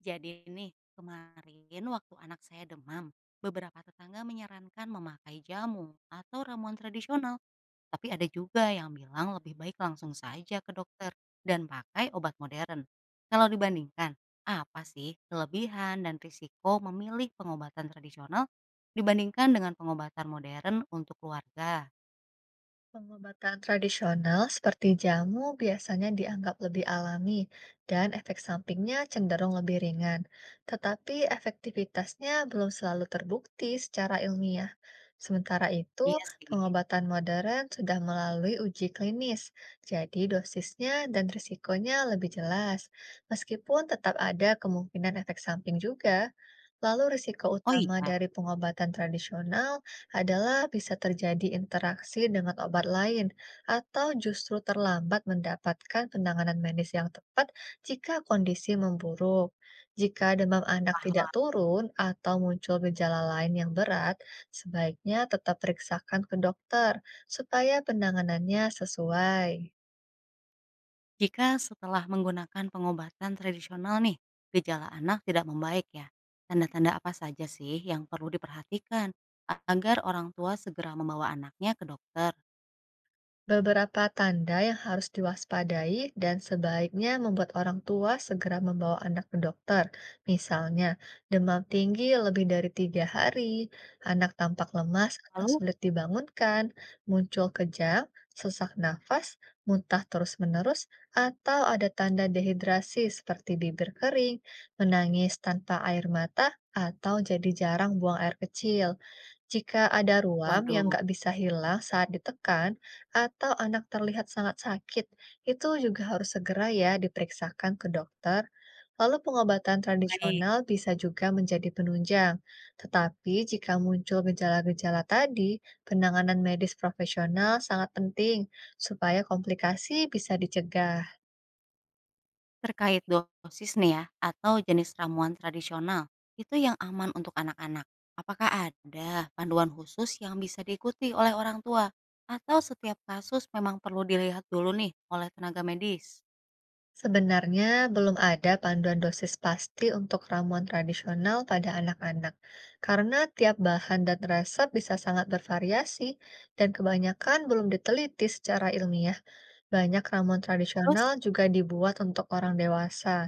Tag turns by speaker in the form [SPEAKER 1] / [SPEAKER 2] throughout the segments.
[SPEAKER 1] Jadi nih, kemarin waktu anak saya demam, beberapa tetangga menyarankan memakai jamu atau ramuan tradisional. Tapi ada juga yang bilang lebih baik langsung saja ke dokter dan pakai obat modern. Kalau dibandingkan, apa sih kelebihan dan risiko memilih pengobatan tradisional dibandingkan dengan pengobatan modern untuk keluarga?
[SPEAKER 2] Pengobatan tradisional seperti jamu biasanya dianggap lebih alami dan efek sampingnya cenderung lebih ringan, tetapi efektivitasnya belum selalu terbukti secara ilmiah. Sementara itu,
[SPEAKER 1] Iya sih.
[SPEAKER 2] pengobatan modern sudah melalui uji klinis, jadi dosisnya dan risikonya lebih jelas, meskipun tetap ada kemungkinan efek samping juga. Lalu risiko
[SPEAKER 1] Oh
[SPEAKER 2] utama
[SPEAKER 1] iya,
[SPEAKER 2] dari pengobatan tradisional adalah bisa terjadi interaksi dengan obat lain atau justru terlambat mendapatkan penanganan medis yang tepat jika kondisi memburuk. Jika demam anak
[SPEAKER 1] paham.
[SPEAKER 2] tidak turun atau muncul gejala lain yang berat, sebaiknya tetap periksakan ke dokter supaya penanganannya sesuai.
[SPEAKER 1] Jika setelah menggunakan pengobatan tradisional nih, gejala anak tidak membaik ya, tanda-tanda apa saja sih yang perlu diperhatikan agar orang tua segera membawa anaknya ke dokter?
[SPEAKER 2] Beberapa tanda yang harus diwaspadai dan sebaiknya membuat orang tua segera membawa anak ke dokter. Misalnya, demam tinggi lebih dari 3 hari, anak tampak lemas atau
[SPEAKER 1] Lalu,
[SPEAKER 2] sulit dibangunkan, muncul kejang, sesak nafas, muntah terus-menerus, atau ada tanda dehidrasi seperti bibir kering, menangis tanpa air mata, atau jadi jarang buang air kecil. Jika ada ruam yang
[SPEAKER 1] waduh,
[SPEAKER 2] nggak bisa hilang saat ditekan, atau anak terlihat sangat sakit, itu juga harus segera ya diperiksakan ke dokter. Lalu pengobatan
[SPEAKER 1] baik,
[SPEAKER 2] tradisional bisa juga menjadi penunjang. Tetapi jika muncul gejala-gejala tadi, penanganan medis profesional sangat penting supaya komplikasi bisa dicegah.
[SPEAKER 1] terkait dosis nih ya, atau jenis ramuan tradisional, itu yang aman untuk anak-anak. Apakah ada panduan khusus yang bisa diikuti oleh orang tua? Atau setiap kasus memang perlu dilihat dulu nih oleh tenaga medis?
[SPEAKER 2] Sebenarnya belum ada panduan dosis pasti untuk ramuan tradisional pada anak-anak, karena tiap bahan dan resep bisa sangat bervariasi dan kebanyakan belum diteliti secara ilmiah. Banyak ramuan
[SPEAKER 1] Terus,
[SPEAKER 2] tradisional juga dibuat untuk orang dewasa,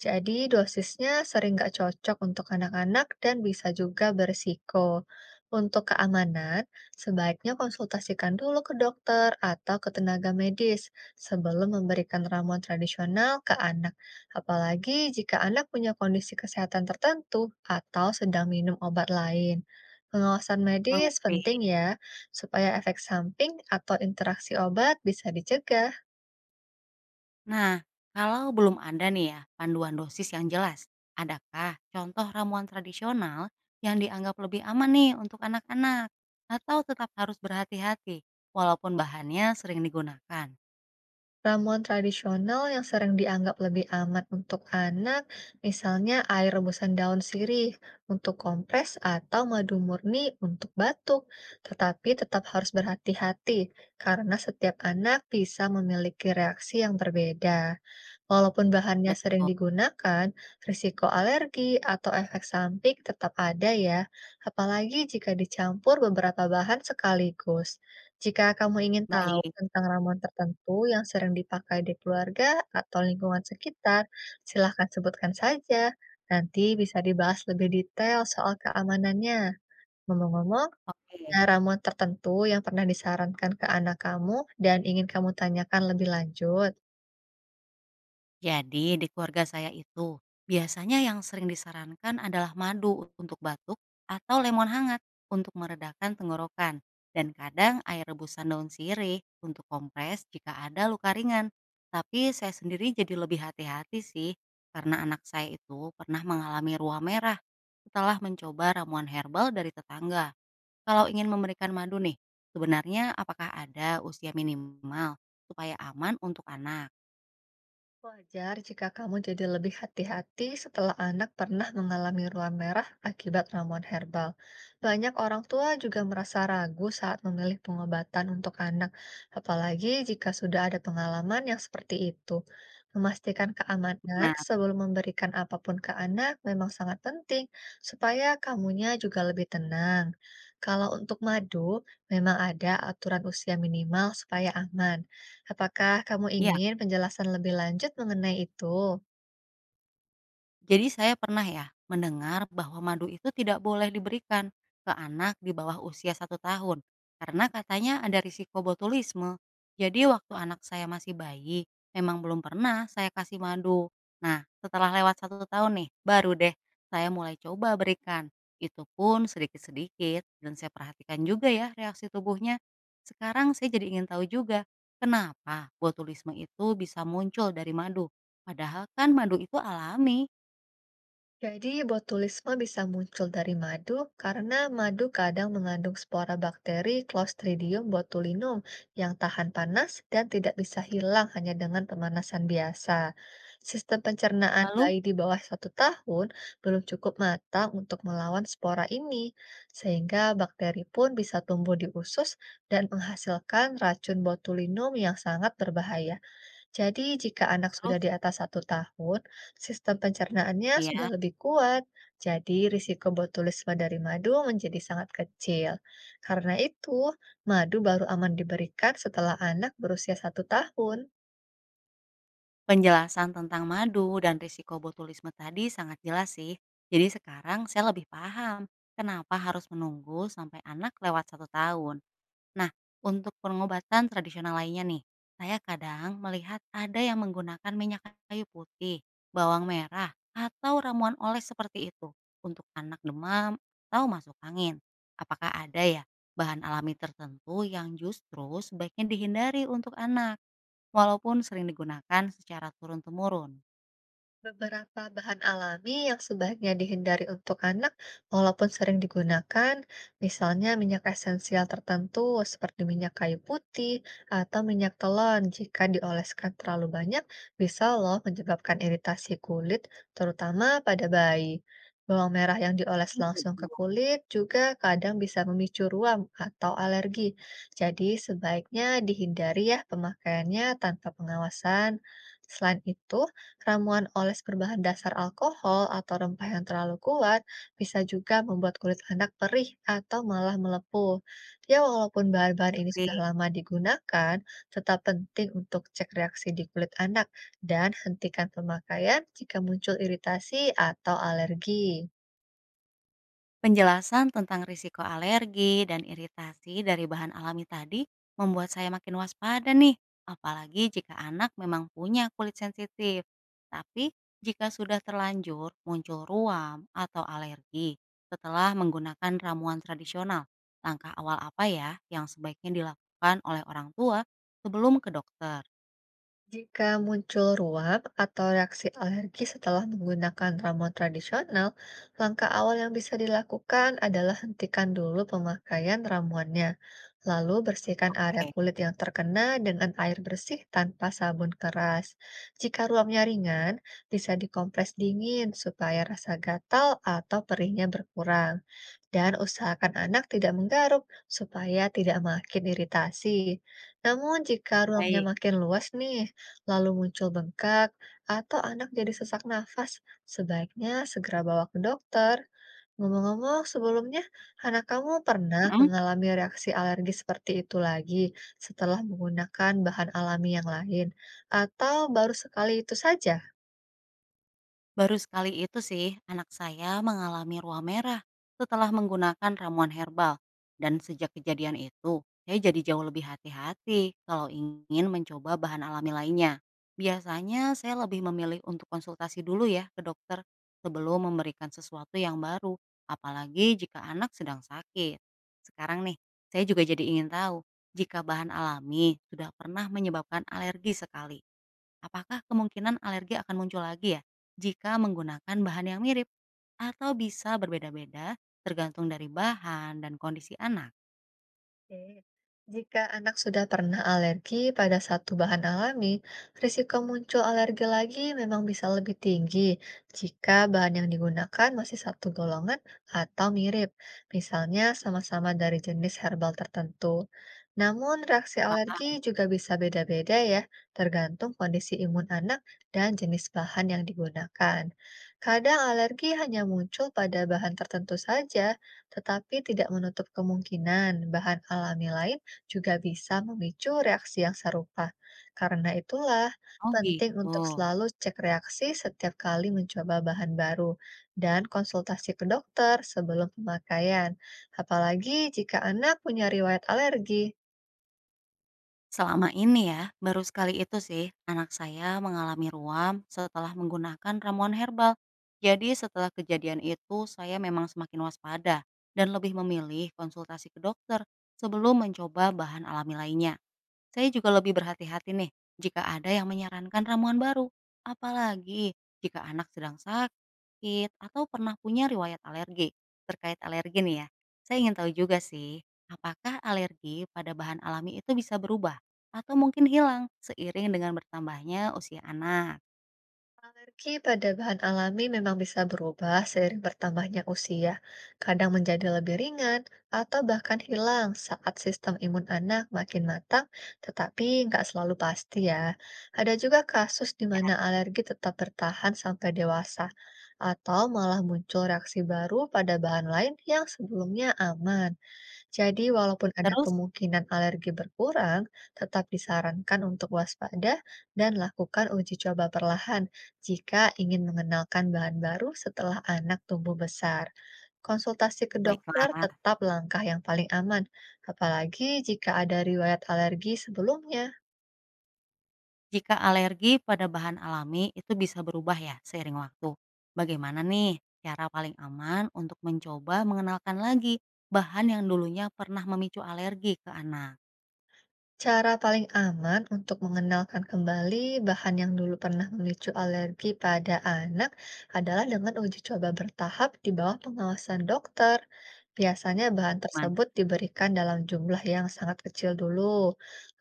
[SPEAKER 2] jadi dosisnya sering nggak cocok untuk anak-anak dan bisa juga berisiko. Untuk keamanan, sebaiknya konsultasikan dulu ke dokter atau ke tenaga medis sebelum memberikan ramuan tradisional ke anak, apalagi jika anak punya kondisi kesehatan tertentu atau sedang minum obat lain. Pengawasan medis
[SPEAKER 1] mengerti.
[SPEAKER 2] penting ya, supaya efek samping atau interaksi obat bisa dicegah.
[SPEAKER 1] Nah, kalau belum ada nih ya panduan dosis yang jelas, adakah contoh ramuan tradisional yang dianggap lebih aman nih untuk anak-anak? Atau tetap harus berhati-hati walaupun bahannya sering digunakan?
[SPEAKER 2] Ramuan tradisional yang sering dianggap lebih aman untuk anak, misalnya air rebusan daun sirih untuk kompres atau madu murni untuk batuk. Tetapi tetap harus berhati-hati karena setiap anak bisa memiliki reaksi yang berbeda. Walaupun bahannya sering
[SPEAKER 1] Betul.
[SPEAKER 2] digunakan, risiko alergi atau efek samping tetap ada ya, apalagi jika dicampur beberapa bahan sekaligus. Jika kamu ingin tahu
[SPEAKER 1] Baik.
[SPEAKER 2] tentang ramuan tertentu yang sering dipakai di keluarga atau lingkungan sekitar, silahkan sebutkan saja. Nanti bisa dibahas lebih detail soal keamanannya. Ngomong-ngomong, ada
[SPEAKER 1] Oke.
[SPEAKER 2] ramuan tertentu yang pernah disarankan ke anak kamu dan ingin kamu tanyakan lebih lanjut.
[SPEAKER 1] Jadi di keluarga saya itu biasanya yang sering disarankan adalah madu untuk batuk atau lemon hangat untuk meredakan tenggorokan dan kadang air rebusan daun sirih untuk kompres jika ada luka ringan. Tapi saya sendiri jadi lebih hati-hati sih karena anak saya itu pernah mengalami ruam merah setelah mencoba ramuan herbal dari tetangga. Kalau ingin memberikan madu nih, sebenarnya apakah ada usia minimal supaya aman untuk anak?
[SPEAKER 2] Wajar jika kamu jadi lebih hati-hati setelah anak pernah mengalami ruam merah akibat ramuan herbal. Banyak orang tua juga merasa ragu saat memilih pengobatan untuk anak, apalagi jika sudah ada pengalaman yang seperti itu. Memastikan keamanan
[SPEAKER 1] Benar,
[SPEAKER 2] sebelum memberikan apapun ke anak memang sangat penting, supaya kamunya juga lebih tenang. Kalau untuk madu, memang ada aturan usia minimal supaya aman. Apakah kamu
[SPEAKER 1] iya.
[SPEAKER 2] ingin penjelasan lebih lanjut mengenai itu?
[SPEAKER 1] Jadi saya pernah ya mendengar bahwa madu itu tidak boleh diberikan ke anak di bawah usia 1 tahun karena katanya ada risiko botulisme. Jadi waktu anak saya masih bayi, memang belum pernah saya kasih madu. Nah, setelah lewat 1 tahun nih, baru deh saya mulai coba berikan. Itu pun sedikit-sedikit dan saya perhatikan juga ya reaksi tubuhnya. Sekarang saya jadi ingin tahu juga kenapa botulisme itu bisa muncul dari madu. Padahal kan madu itu alami.
[SPEAKER 2] Jadi, botulisme bisa muncul dari madu karena madu kadang mengandung spora bakteri Clostridium botulinum yang tahan panas dan tidak bisa hilang hanya dengan pemanasan biasa. Sistem pencernaan
[SPEAKER 1] Lalu
[SPEAKER 2] bayi di bawah 1 tahun belum cukup matang untuk melawan spora ini, sehingga bakteri pun bisa tumbuh di usus dan menghasilkan racun botulinum yang sangat berbahaya. Jadi, jika anak sudah
[SPEAKER 1] terus
[SPEAKER 2] di atas 1 tahun, sistem pencernaannya
[SPEAKER 1] nih ya,
[SPEAKER 2] sudah lebih kuat. Jadi, risiko botulisme dari madu menjadi sangat kecil. Karena itu, madu baru aman diberikan setelah anak berusia 1 tahun.
[SPEAKER 1] penjelasan tentang madu dan risiko botulisme tadi sangat jelas sih. Jadi sekarang saya lebih paham kenapa harus menunggu sampai anak lewat 1 tahun. Nah, untuk pengobatan tradisional lainnya nih, saya kadang melihat ada yang menggunakan minyak kayu putih, bawang merah, atau ramuan oles seperti itu untuk anak demam atau masuk angin. Apakah ada ya bahan alami tertentu yang justru sebaiknya dihindari untuk anak? Walaupun sering digunakan secara turun-temurun.
[SPEAKER 2] Beberapa bahan alami yang sebaiknya dihindari untuk anak, walaupun sering digunakan, misalnya minyak esensial tertentu seperti minyak kayu putih atau minyak telon, jika dioleskan terlalu banyak, bisa loh menyebabkan iritasi kulit, terutama pada bayi. Bawang merah yang dioles langsung ke
[SPEAKER 1] Mhm.
[SPEAKER 2] kulit juga kadang bisa memicu ruam atau alergi. Jadi sebaiknya dihindari ya pemakaiannya tanpa pengawasan. Selain itu, ramuan oles berbahan dasar alkohol atau rempah yang terlalu kuat bisa juga membuat kulit anak perih atau malah melepuh. Ya, walaupun bahan-bahan ini sudah
[SPEAKER 1] Mengerti.
[SPEAKER 2] lama digunakan, tetap penting untuk cek reaksi di kulit anak dan hentikan pemakaian jika muncul iritasi atau alergi.
[SPEAKER 1] Penjelasan tentang risiko alergi dan iritasi dari bahan alami tadi membuat saya makin waspada nih, apalagi jika anak memang punya kulit sensitif. Tapi jika sudah terlanjur muncul ruam atau alergi setelah menggunakan ramuan tradisional, langkah awal apa ya yang sebaiknya dilakukan oleh orang tua sebelum ke dokter?
[SPEAKER 2] Jika muncul ruam atau reaksi alergi setelah menggunakan ramuan tradisional, langkah awal yang bisa dilakukan adalah hentikan dulu pemakaian ramuannya, lalu bersihkan area
[SPEAKER 1] Oke.
[SPEAKER 2] kulit yang terkena dengan air bersih tanpa sabun keras. Jika ruamnya ringan, bisa dikompres dingin supaya rasa gatal atau perihnya berkurang dan usahakan anak tidak menggaruk supaya tidak makin iritasi. Namun jika ruangnya
[SPEAKER 1] Baik.
[SPEAKER 2] makin luas nih, lalu muncul bengkak atau anak jadi sesak nafas, sebaiknya segera bawa ke dokter. Ngomong-ngomong, sebelumnya anak kamu pernah
[SPEAKER 1] Mhm.
[SPEAKER 2] mengalami reaksi alergi seperti itu lagi setelah menggunakan bahan alami yang lain, atau baru sekali itu saja?
[SPEAKER 1] Baru sekali itu sih anak saya mengalami ruam merah setelah menggunakan ramuan herbal. Dan sejak kejadian itu, saya jadi jauh lebih hati-hati kalau ingin mencoba bahan alami lainnya. Biasanya saya lebih memilih untuk konsultasi dulu ya ke dokter sebelum memberikan sesuatu yang baru, apalagi jika anak sedang sakit. Sekarang nih, saya juga jadi ingin tahu jika bahan alami sudah pernah menyebabkan alergi sekali. Apakah kemungkinan alergi akan muncul lagi ya jika menggunakan bahan yang mirip? Atau bisa berbeda-beda tergantung dari bahan dan kondisi anak?
[SPEAKER 2] Oke. Jika anak sudah pernah alergi pada satu bahan alami, risiko muncul alergi lagi memang bisa lebih tinggi jika bahan yang digunakan masih satu golongan atau mirip, misalnya sama-sama dari jenis herbal tertentu. Namun, reaksi alergi
[SPEAKER 1] Wah,
[SPEAKER 2] juga bisa beda-beda ya, tergantung kondisi imun anak dan jenis bahan yang digunakan. Kadang alergi hanya muncul pada bahan tertentu saja tetapi tidak menutup kemungkinan bahan alami lain juga bisa memicu reaksi yang serupa. Karena itulah,
[SPEAKER 1] oh
[SPEAKER 2] penting untuk
[SPEAKER 1] gitu.
[SPEAKER 2] selalu cek reaksi setiap kali mencoba bahan baru dan konsultasi ke dokter sebelum pemakaian, apalagi jika anak punya riwayat alergi.
[SPEAKER 1] Selama ini ya, baru sekali itu sih anak saya mengalami ruam setelah menggunakan ramuan herbal. Jadi setelah kejadian itu saya memang semakin waspada dan lebih memilih konsultasi ke dokter sebelum mencoba bahan alami lainnya. Saya juga lebih berhati-hati nih jika ada yang menyarankan ramuan baru, apalagi jika anak sedang sakit atau pernah punya riwayat alergi. Terkait alergi nih ya, saya ingin tahu juga sih, apakah alergi pada bahan alami itu bisa berubah atau mungkin hilang seiring dengan bertambahnya usia anak?
[SPEAKER 2] Meski pada bahan alami memang bisa berubah seiring bertambahnya usia, kadang menjadi lebih ringan atau bahkan hilang saat sistem imun anak makin matang, tetapi nggak selalu pasti ya. Ada juga kasus di
[SPEAKER 1] Ya,
[SPEAKER 2] mana alergi tetap bertahan sampai dewasa atau malah muncul reaksi baru pada bahan lain yang sebelumnya aman. Jadi, walaupun ada
[SPEAKER 1] terus
[SPEAKER 2] kemungkinan alergi berkurang, tetap disarankan untuk waspada dan lakukan uji coba perlahan jika ingin mengenalkan bahan baru setelah anak tumbuh besar. Konsultasi ke dokter
[SPEAKER 1] baiklah.
[SPEAKER 2] tetap langkah yang paling aman, apalagi jika ada riwayat alergi sebelumnya.
[SPEAKER 1] Jika alergi pada bahan alami itu bisa berubah ya seiring waktu. Bagaimana nih cara paling aman untuk mencoba mengenalkan lagi bahan yang dulunya pernah memicu alergi ke anak?
[SPEAKER 2] Cara paling aman untuk mengenalkan kembali bahan yang dulu pernah memicu alergi pada anak adalah dengan uji coba bertahap di bawah pengawasan dokter. Biasanya bahan
[SPEAKER 1] Mana
[SPEAKER 2] tersebut diberikan dalam jumlah yang sangat kecil dulu,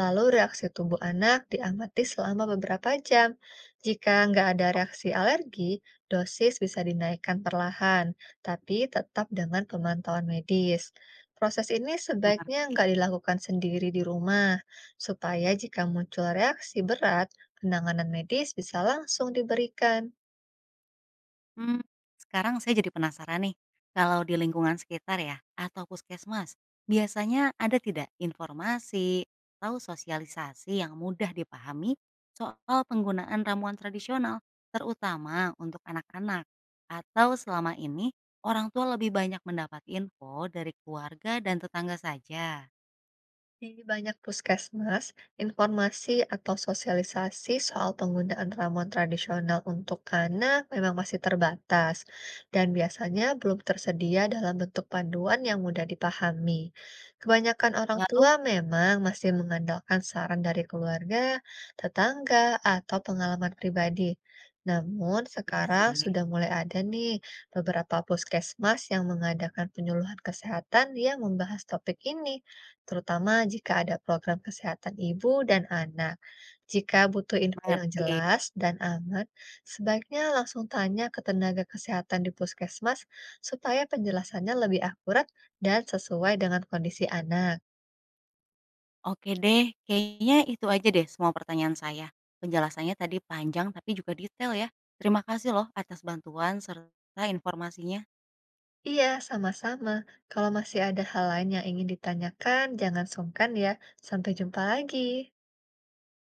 [SPEAKER 2] lalu reaksi tubuh anak diamati selama beberapa jam. Jika nggak ada reaksi alergi, dosis bisa dinaikkan perlahan, tapi tetap dengan pemantauan medis. Proses ini sebaiknya nggak
[SPEAKER 1] mengerti?
[SPEAKER 2] dilakukan sendiri di rumah supaya jika muncul reaksi berat, penanganan medis bisa langsung diberikan.
[SPEAKER 1] Mmm, Sekarang saya jadi penasaran nih, kalau di lingkungan sekitar ya, atau puskesmas, biasanya ada tidak informasi atau sosialisasi yang mudah dipahami soal penggunaan ramuan tradisional, terutama untuk anak-anak? Atau selama ini orang tua lebih banyak mendapat info dari keluarga dan tetangga saja?
[SPEAKER 2] Di banyak puskesmas, informasi atau sosialisasi soal penggunaan ramuan tradisional untuk anak memang masih terbatas dan biasanya belum tersedia dalam bentuk panduan yang mudah dipahami. Kebanyakan orang tua
[SPEAKER 1] Lalu
[SPEAKER 2] memang masih mengandalkan saran dari keluarga, tetangga, atau pengalaman pribadi. Namun
[SPEAKER 1] iya
[SPEAKER 2] sekarang
[SPEAKER 1] sih,
[SPEAKER 2] sudah mulai ada nih beberapa puskesmas yang mengadakan penyuluhan kesehatan yang membahas topik ini terutama jika ada program kesehatan ibu dan anak. Jika butuh info yang
[SPEAKER 1] mengerti.
[SPEAKER 2] jelas dan aman, sebaiknya langsung tanya ke tenaga kesehatan di puskesmas supaya penjelasannya lebih akurat dan sesuai dengan kondisi anak.
[SPEAKER 1] Oke deh, kayaknya itu aja deh semua pertanyaan saya. Penjelasannya tadi panjang tapi juga detail ya. Terima kasih loh atas bantuan serta informasinya.
[SPEAKER 2] Iya, sama-sama. Kalau masih ada hal lain yang ingin ditanyakan, jangan sungkan ya. Sampai jumpa lagi.